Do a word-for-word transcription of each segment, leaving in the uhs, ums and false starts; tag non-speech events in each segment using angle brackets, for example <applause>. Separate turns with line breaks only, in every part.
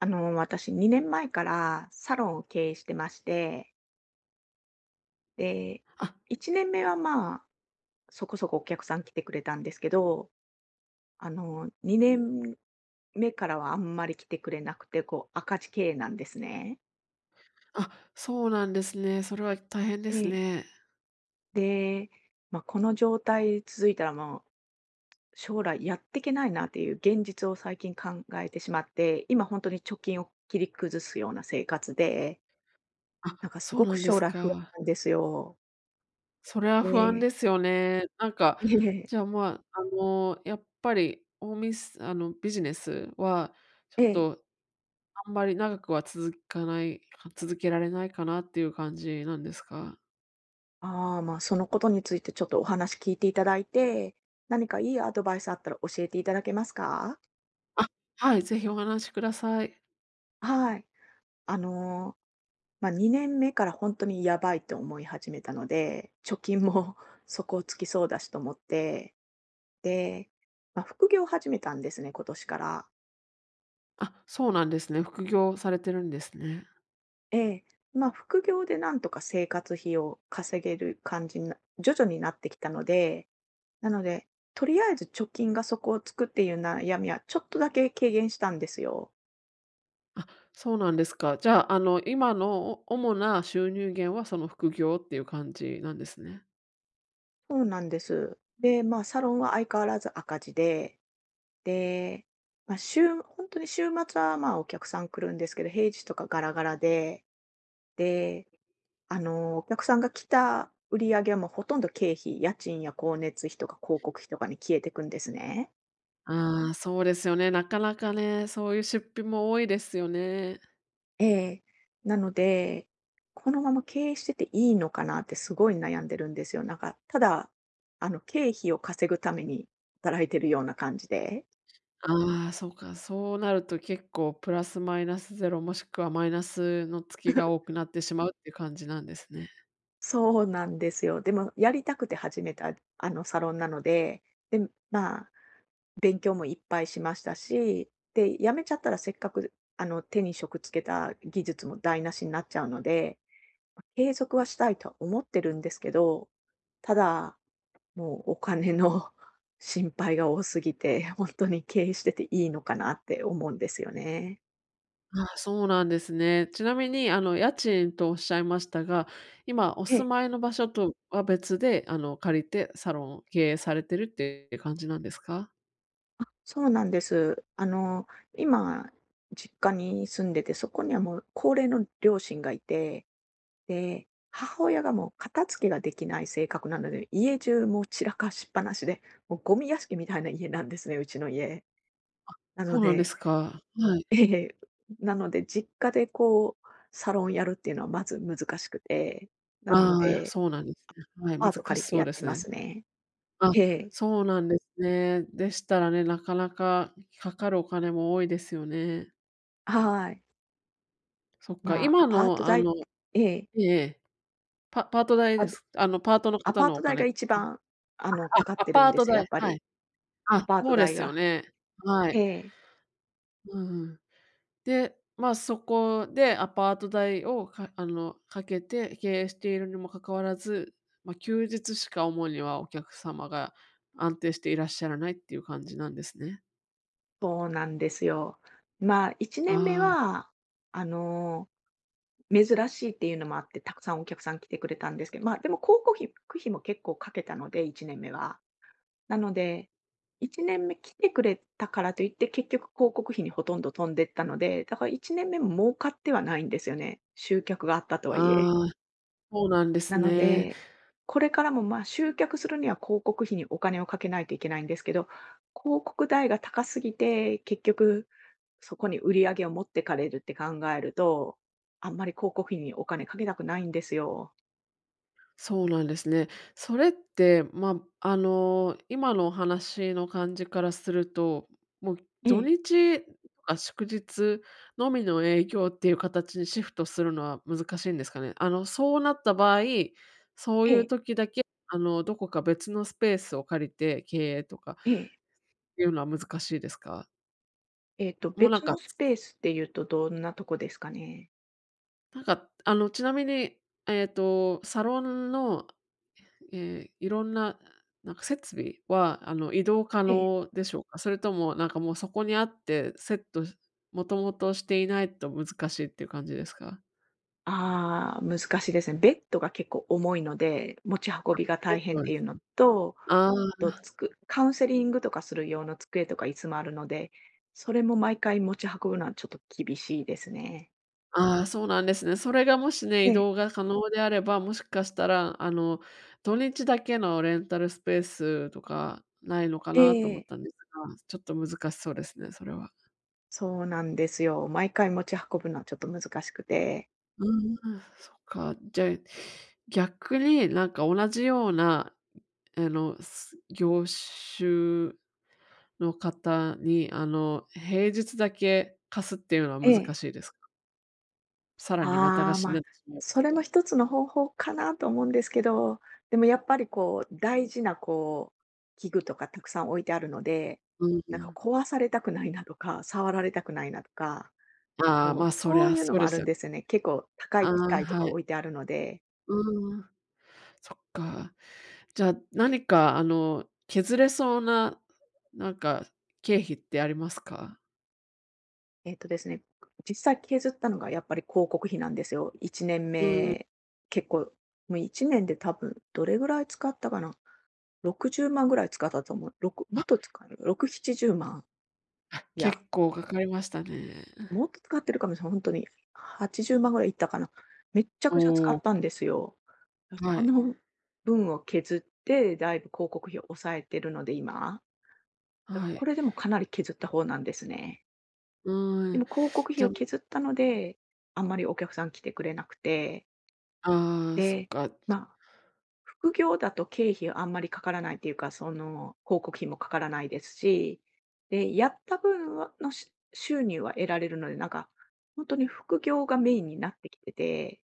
あの、私にねんまえからサロンを経営してまして、で、
あ、
いちねんめはまあ、そこそこお客さん来てくれたんですけど、あの、にねんめからはあんまり来てくれなくて、こう、赤字経営なんですね。
あ、そうなんですね。それは大変で
え
す
え。
ね。
で、まあ、この状態続いたらもう、将来やっていけないなっていう現実を最近考えてしまって、今本当に貯金を切り崩すような生活で、
あ、
なんかす
そう
ご
な
く
んで
将
す
来不安
か。
なんですよ。
それは不安
ね
で
え。
すよね。なんか、
ええ。
じゃあ、まあ、あの、やっぱりおみすあの、ビジネスはち
え
ょっ
え。
とあんまり長くは続かない続けられないかなっていう感じなんですか？
ああ、まあ、そのことについてちょっとお話聞いていただいて、何かいいアドバイスあったら教えていただけますか？
あ、はい、ぜひお話しください。
はい。あの、まあ、にねんめから本当にやばいって思い始めたので、貯金も <laughs> 底をつきそうだしと思って、で、まあ、副業を始めたんですね、今年から。
あ、そうなんですね。副業されてるんですね。
ええ。まあ、副業でなんとか生活費を稼げる感じにな徐々になってきたのでなので、とりあえず貯金が底をつくっていう悩みはちょっとだけ軽減したんですよ。
そうなんですか。じゃあ、あの、今のお主な収入源はその副業っていう感じなんですね。
そうなんです。で、まあ、サロンは相変わらず赤字で、で、まあ、週本当に週末は、まあ、お客さん来るんですけど、平日とかガラガラで、で、あの、お客さんが来た売り上げはもうほとんど経費、家賃や光熱費とか広告費とかに消えてくんですね。
ああ、そうですよね。なかなかね、そういう出費も多いですよね。
ええ。なので、このまま経営してていいのかなってすごい悩んでるんですよ。なんか、ただ、あの、経費を稼ぐために働いてるような感じで。
ああ、そうか、そうなると結構プラスマイナスゼロ、もしくはマイナスの月が多くなってしまうっていう感じなんですね。
そうなんですよ。でも、やりたくて始めた、あの、サロンなので、で、まあ、勉強もいっぱいしましたし、で、辞めちゃったらせっかく、あの、手に職つけた技術も台無しになっちゃうので、継続はしたいとは思ってるんですけど、ただ、もうお金の <laughs> 心配が多すぎて、<laughs> 本当に経営してていいのかなって思うんですよね。
ああ、そうなんですね。ちなみに、あの、家賃とおっしゃいましたが、今お
え
住
え、
まいの場所とは別で、あの、借りてサロンを経営されてるっていう感じなんですか？
あ、そうなんです。あの、今、実家に住んでて、そこにはもう高齢の両親がいて、で、母親がもう片付けができない性格なので、家中もう散らかしっぱなしで、もうゴミ屋敷みたいな家なんですね、うちの家。な
そ
の
うなんで
で
すか。はい。
ええ、なので実家でこう、サロンやるっていうのはまず難しくて、な
あ
の
あ、
で
そうなんですね。はい、
アパート
難し
借りて
そう
やっ
で
て
す
ま
ね。
すね。
あ、
ええ、
そうなんですね。でしたらね、なかなかかかるお金も多いですよね。
はい。
そっか、
まあ、ア
今
パー
の
ト
あ
代
の
ええ、
ええパパート代
あ
です。あの、パートの
ア
方
パー
の
ト
お
代
金
が
って
一
ことあ、
番、あの、かかっ
あ、
てるん
パー
で
ト
すよ、や
代、
っぱ
は
り。
い。あ、
アパー
そ
ト
うで
代
すよ
が。
ね。は
え
い。
え、
うんうん。で、ま、そこでアパート代を、かあの、かけて経営しているにもかかわらず、まあ、休日しか主にはお客様が安定していらっしゃらないっていう感じなんですね。
そうなんですよ。まあ、いちねんめ
ああ、
は、あの、珍しいっていうのもあって、たくさんお客さん来てくれたんですけど、まあ、でも広告費費も結構かけたので、いちねんめは。なので、いちねんめ来てくれたからといって、結局広告費にほとんど飛んでったので、だからいちねんめも儲かってはないんですよね。集客があったとはいえ。
ああ、そうなんで
な
す
の
ね。
で、これからも、ま、集客するには広告費にお金をかけないといけないんですけど、広告代が高すぎて、結局そこに売り上げを持ってかれるって考えると、あんまり広告費にお金かけたくないんですよ。
そうなんですね。それって、まあ、あの、今のお話の感じからすると、もう
え
土
え、
日とか祝日のみの営業っていう形にシフトするのは難しいんですかね？あの、そうなった場合、そう
え
いう
え、
時だけ、あの、どこか別のスペースを借りて経営とか
ええ。
いうのは難しいですか？
えっと、
もうなん
別の
か
スペースっていうとどんなとこですかね？
なんか、あの、ちなみに、えっと、サロンのええ、いろんな、なんか設備は、あの、移動可
ええ。
能でしょうか？それとも、なんかもうそこにあって、セットしもともとしていないと難しいっていう感じですか？
ああ、難しいですね。ベッドが結構重いので、持ち運びが
ベッ
大変っ
ドで
て
す
いうの
か？
と、
あ
あ
あ、
とつくカウンセリングとかする用の机とか椅子もあるので、それも毎回持ち運ぶのはちょっと厳しいですね。
ああ、そうなんですね。それがもしね、移
ね
動が可能であれば、もしかしたら、あの、土日だけのレンタルスペースとかないのか
え
なと
え、
思っ
ね。
たんですが、ちょっと難しそうですね、それは。
そうなんですよ。毎回持ち運ぶのはちょっと難しくて。
うんうん、そっか。じゃあ、逆になんか同じようなあの、す業種の方に、あの、平日だけ貸すっていうの
え
は難
え。
しいですか？さらにまた
ああ、
貸しに
まあ、
なってしまいま
そ
す
れも
が。
一つの方法かなと思うんですけど、でもやっぱりこう、大事なこう、器具とかたくさん置いてあるので、
うんう
なんか
ん。
壊されたくないなとか、触られたくないなとか、
ああ、
も
ま
う
あ、そり
そう
ゃ
いうの
そう
も
で
ある
す
ん
よね。
ですよね。結構高
あ
い
あ、
機械とか
はい。
置いてあるので、
うーん、そっか。じゃあ、何かあの、削れそうな、なんか経費ってありますか？
えっとですね、実際削ったのがやっぱり広告費なんですよ。1年
うん。
目、結構、もういちねんで多分どれぐらい使ったかな、ろくじゅうまんぐらい使ったと思う。ろくもっ
あ、
と使う、ろく、ななじゅうまん。
あ、
いや
結構かかりましたね。
もっと使ってるかもしれない、ほんとに。はちじゅうまんぐらいいったかな。めっちゃくちゃ使
お
っ
お、
たんですよ。だ、
は
そ
い、
の分を削って、だいぶ広告費を抑えてるので、今。だから
は
こ
い。
れでもかなり削った方なんですね。
う
で
ー
も
ん。
広告費
じゃ
を
あ
削ったので、あんまりお客さん来てくれなくて、
ああ、そっ
で、
か。
ま、副業だと経費あんまりかからないっていうか、その、広告費もかからないですし、で、やった分はのし収入は得られるので、なんか、本当に副業がメインになってきてて、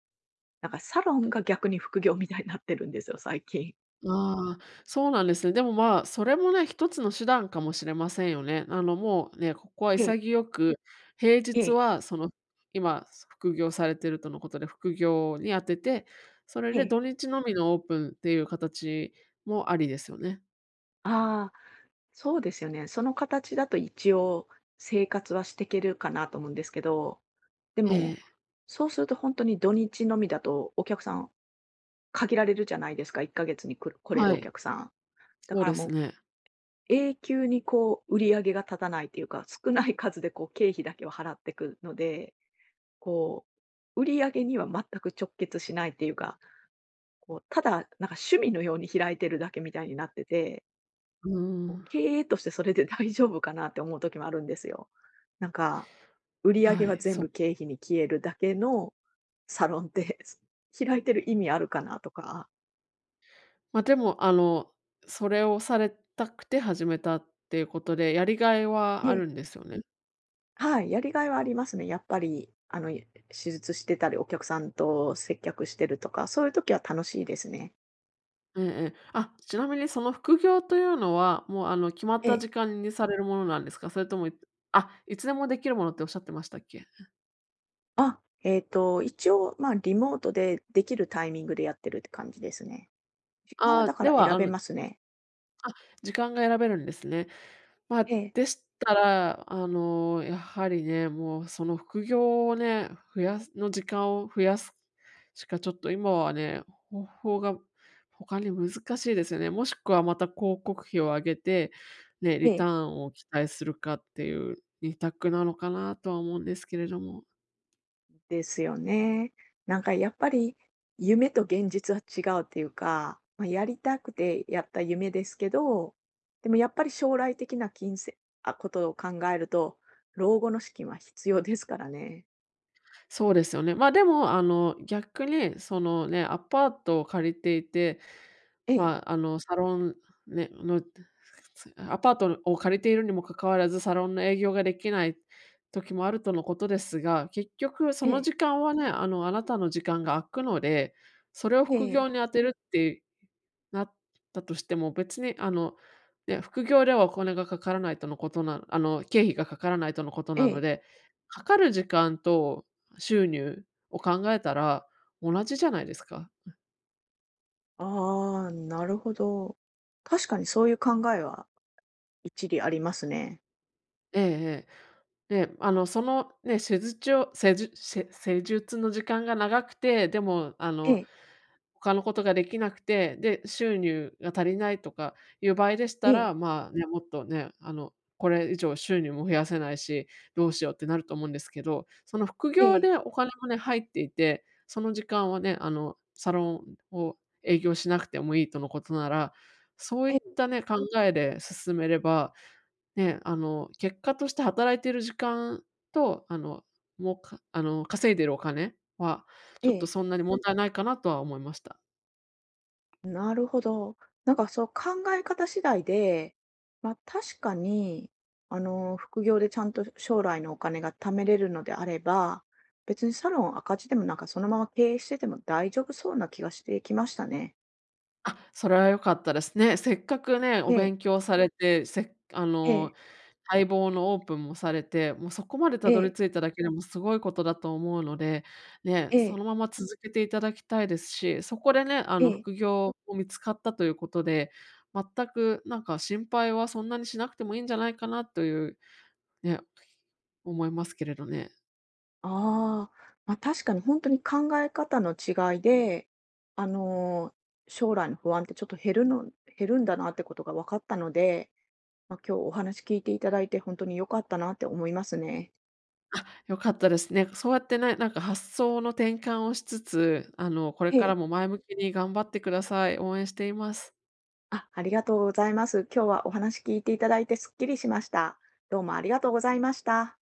なんかサロンが逆に副業みたいになってるんですよ、最近。
ああ、そうなんですね。でも、まあ、それもね、一つの手段かもしれませんよね。あの、もうね、ここは
ええ、
潔く、平
え
日
え、
はその、今、副業されてるとのことで、副業に当てて、それ
え
で
え。
土日のみのオープンっていう形もありですよね。
ああ、そうですよね。その形だと一応生活はしていけるかなと思うんですけど、で
え
も、
え、
そうすると本当に土日のみだとお客さん限られるじゃないですか、いっかげつに来る来れ
は
るお
い、
客さん。だ
そう
から
です
もう
ね。
永久にこう売り上げが立たないっていうか、少ない数でこう経費だけを払っていくので、こう、売り上げには全く直結しないっていうか、こうただなんか趣味のように開いてるだけみたいになってて、
う
こう
ん、
経営としてそれで大丈夫かなって思う時もあるんですよ。なんか、売り上げ
は
は
い、
全
そう。
部経費に消えるだけのサロンって <laughs>、開いてる意味あるかなとか。
まあ、でも、あの、それをされたくて始めたっていうことで、やりがいはあるんですよね？
はい、やりがいはありますね。やっぱり、あの、手術してたり、お客さんと接客してるとか、そういう時は楽しいですね。
ええええ。あ、ちなみにその副業というのは、もうあの、決まっ
え
た
え。
時間にされるものなんですか？それとも、いあ、いつでもできるものっておっしゃってましたっけ？
あ、えっと、一応、まあ、リモートでできるタイミングでやってるって感じですね。時間
あ
はだ
あ、
か
で
ら
は、
選
あ
べ
の、
ますね。
時間が選べるんですね。まあ、
ええ、
でしたら、あの、やはりね、もうその副業をね、増やすの時間を増やすしかちょっと今はね、方法が他に難しいですよね。もしくはまた広告費を上げて、ね、
え
リター
え。
ンを期待するかっていう二択なのかなとは思うんですけれども。
ですよね。なんかやっぱり夢と現実は違うっていうか、まあ、やりたくてやった夢ですけど、でもやっぱり将来的な金銭あ、ことを考えると、老後の資金は必要ですからね。
そうですよね。ま、でも、あの、逆に、そのね、アパートを借りていて、
ええ、
まあ、あの、サロンね、のアパートを借りているにもかかわらず、サロンの営業ができない時もあるとのことですが、結局そ
え
の
え、
時間はね、あの、あなたの時間が空くので、それを
え
副
え、
業に当てるってなったとしても、別にあの、ね、副業ではお金がかからないとのことなあの、経費がかからないとのこと
え
なの
え。
で、かかる時間と収入を考えたら同じじゃないですか。
ああ、なるほど。確かにそういう考えは一理ありますね。
ええええ。ね、あの、そのね、施術をせ術ゅ施術の時間が長くて、でも、あ
え
の、
え、
他のことができなくて、で、収入が足りないとかいう場合でし
え
た
え、
ら、まあ、ね、もっとね、あの、これ以上収入も増やせないし、どうしようってなると思うんですけど、その副
え
業
え、
でお金もね、入っていて、その時間はね、あの、サロンを営業しなくてもいいとのことなら、そうい
え
っ
え、
たね、考えで進めればね、あの、結果として働いてる時間と、あの、もう、かあの、稼いでるお金は、
え
ちょっと
え。
そんなに問題ないかなとは思いました。
なるほど。なんかそう考え方次第で、まあ確かに、あの、副業でちゃんと将来のお金が貯めれるのであれば、別にサロン赤字でもなんかそのまま経営してても大丈夫そうな気がしてきましたね。
あ、それは良かったですね。せっかくね、
え
お
え、
勉強されて、せっあ
え
の
え、
待望のオープンもされて、もうそこまでた
え
どり
え、
着いただけでもすごいことだと思うので、ね、
え
そ
え、
のまま続けていただきたいですし、そこでね、あ
え
の、
え。
副業も見つかったということで、全くなんか心配はそんなにしなくてもいいんじゃないかなという、ね、思いますけれどね。
ああ、まあ確かに本当に考え方の違いで、あの、将来の不安ってちょっと減るの、減るんだなってことが分かったので、まあ、今日お話聞いていただいて本当に良かったなって思いますね。
良かったですね。そうやってね、なんか発想の転換をしつつ、あの、これ
え
から
え。
も前向きに頑張ってください。応援しています。
あ、ありがとうございます。今日はお話聞いていただいてすっきりしました。どうもありがとうございました。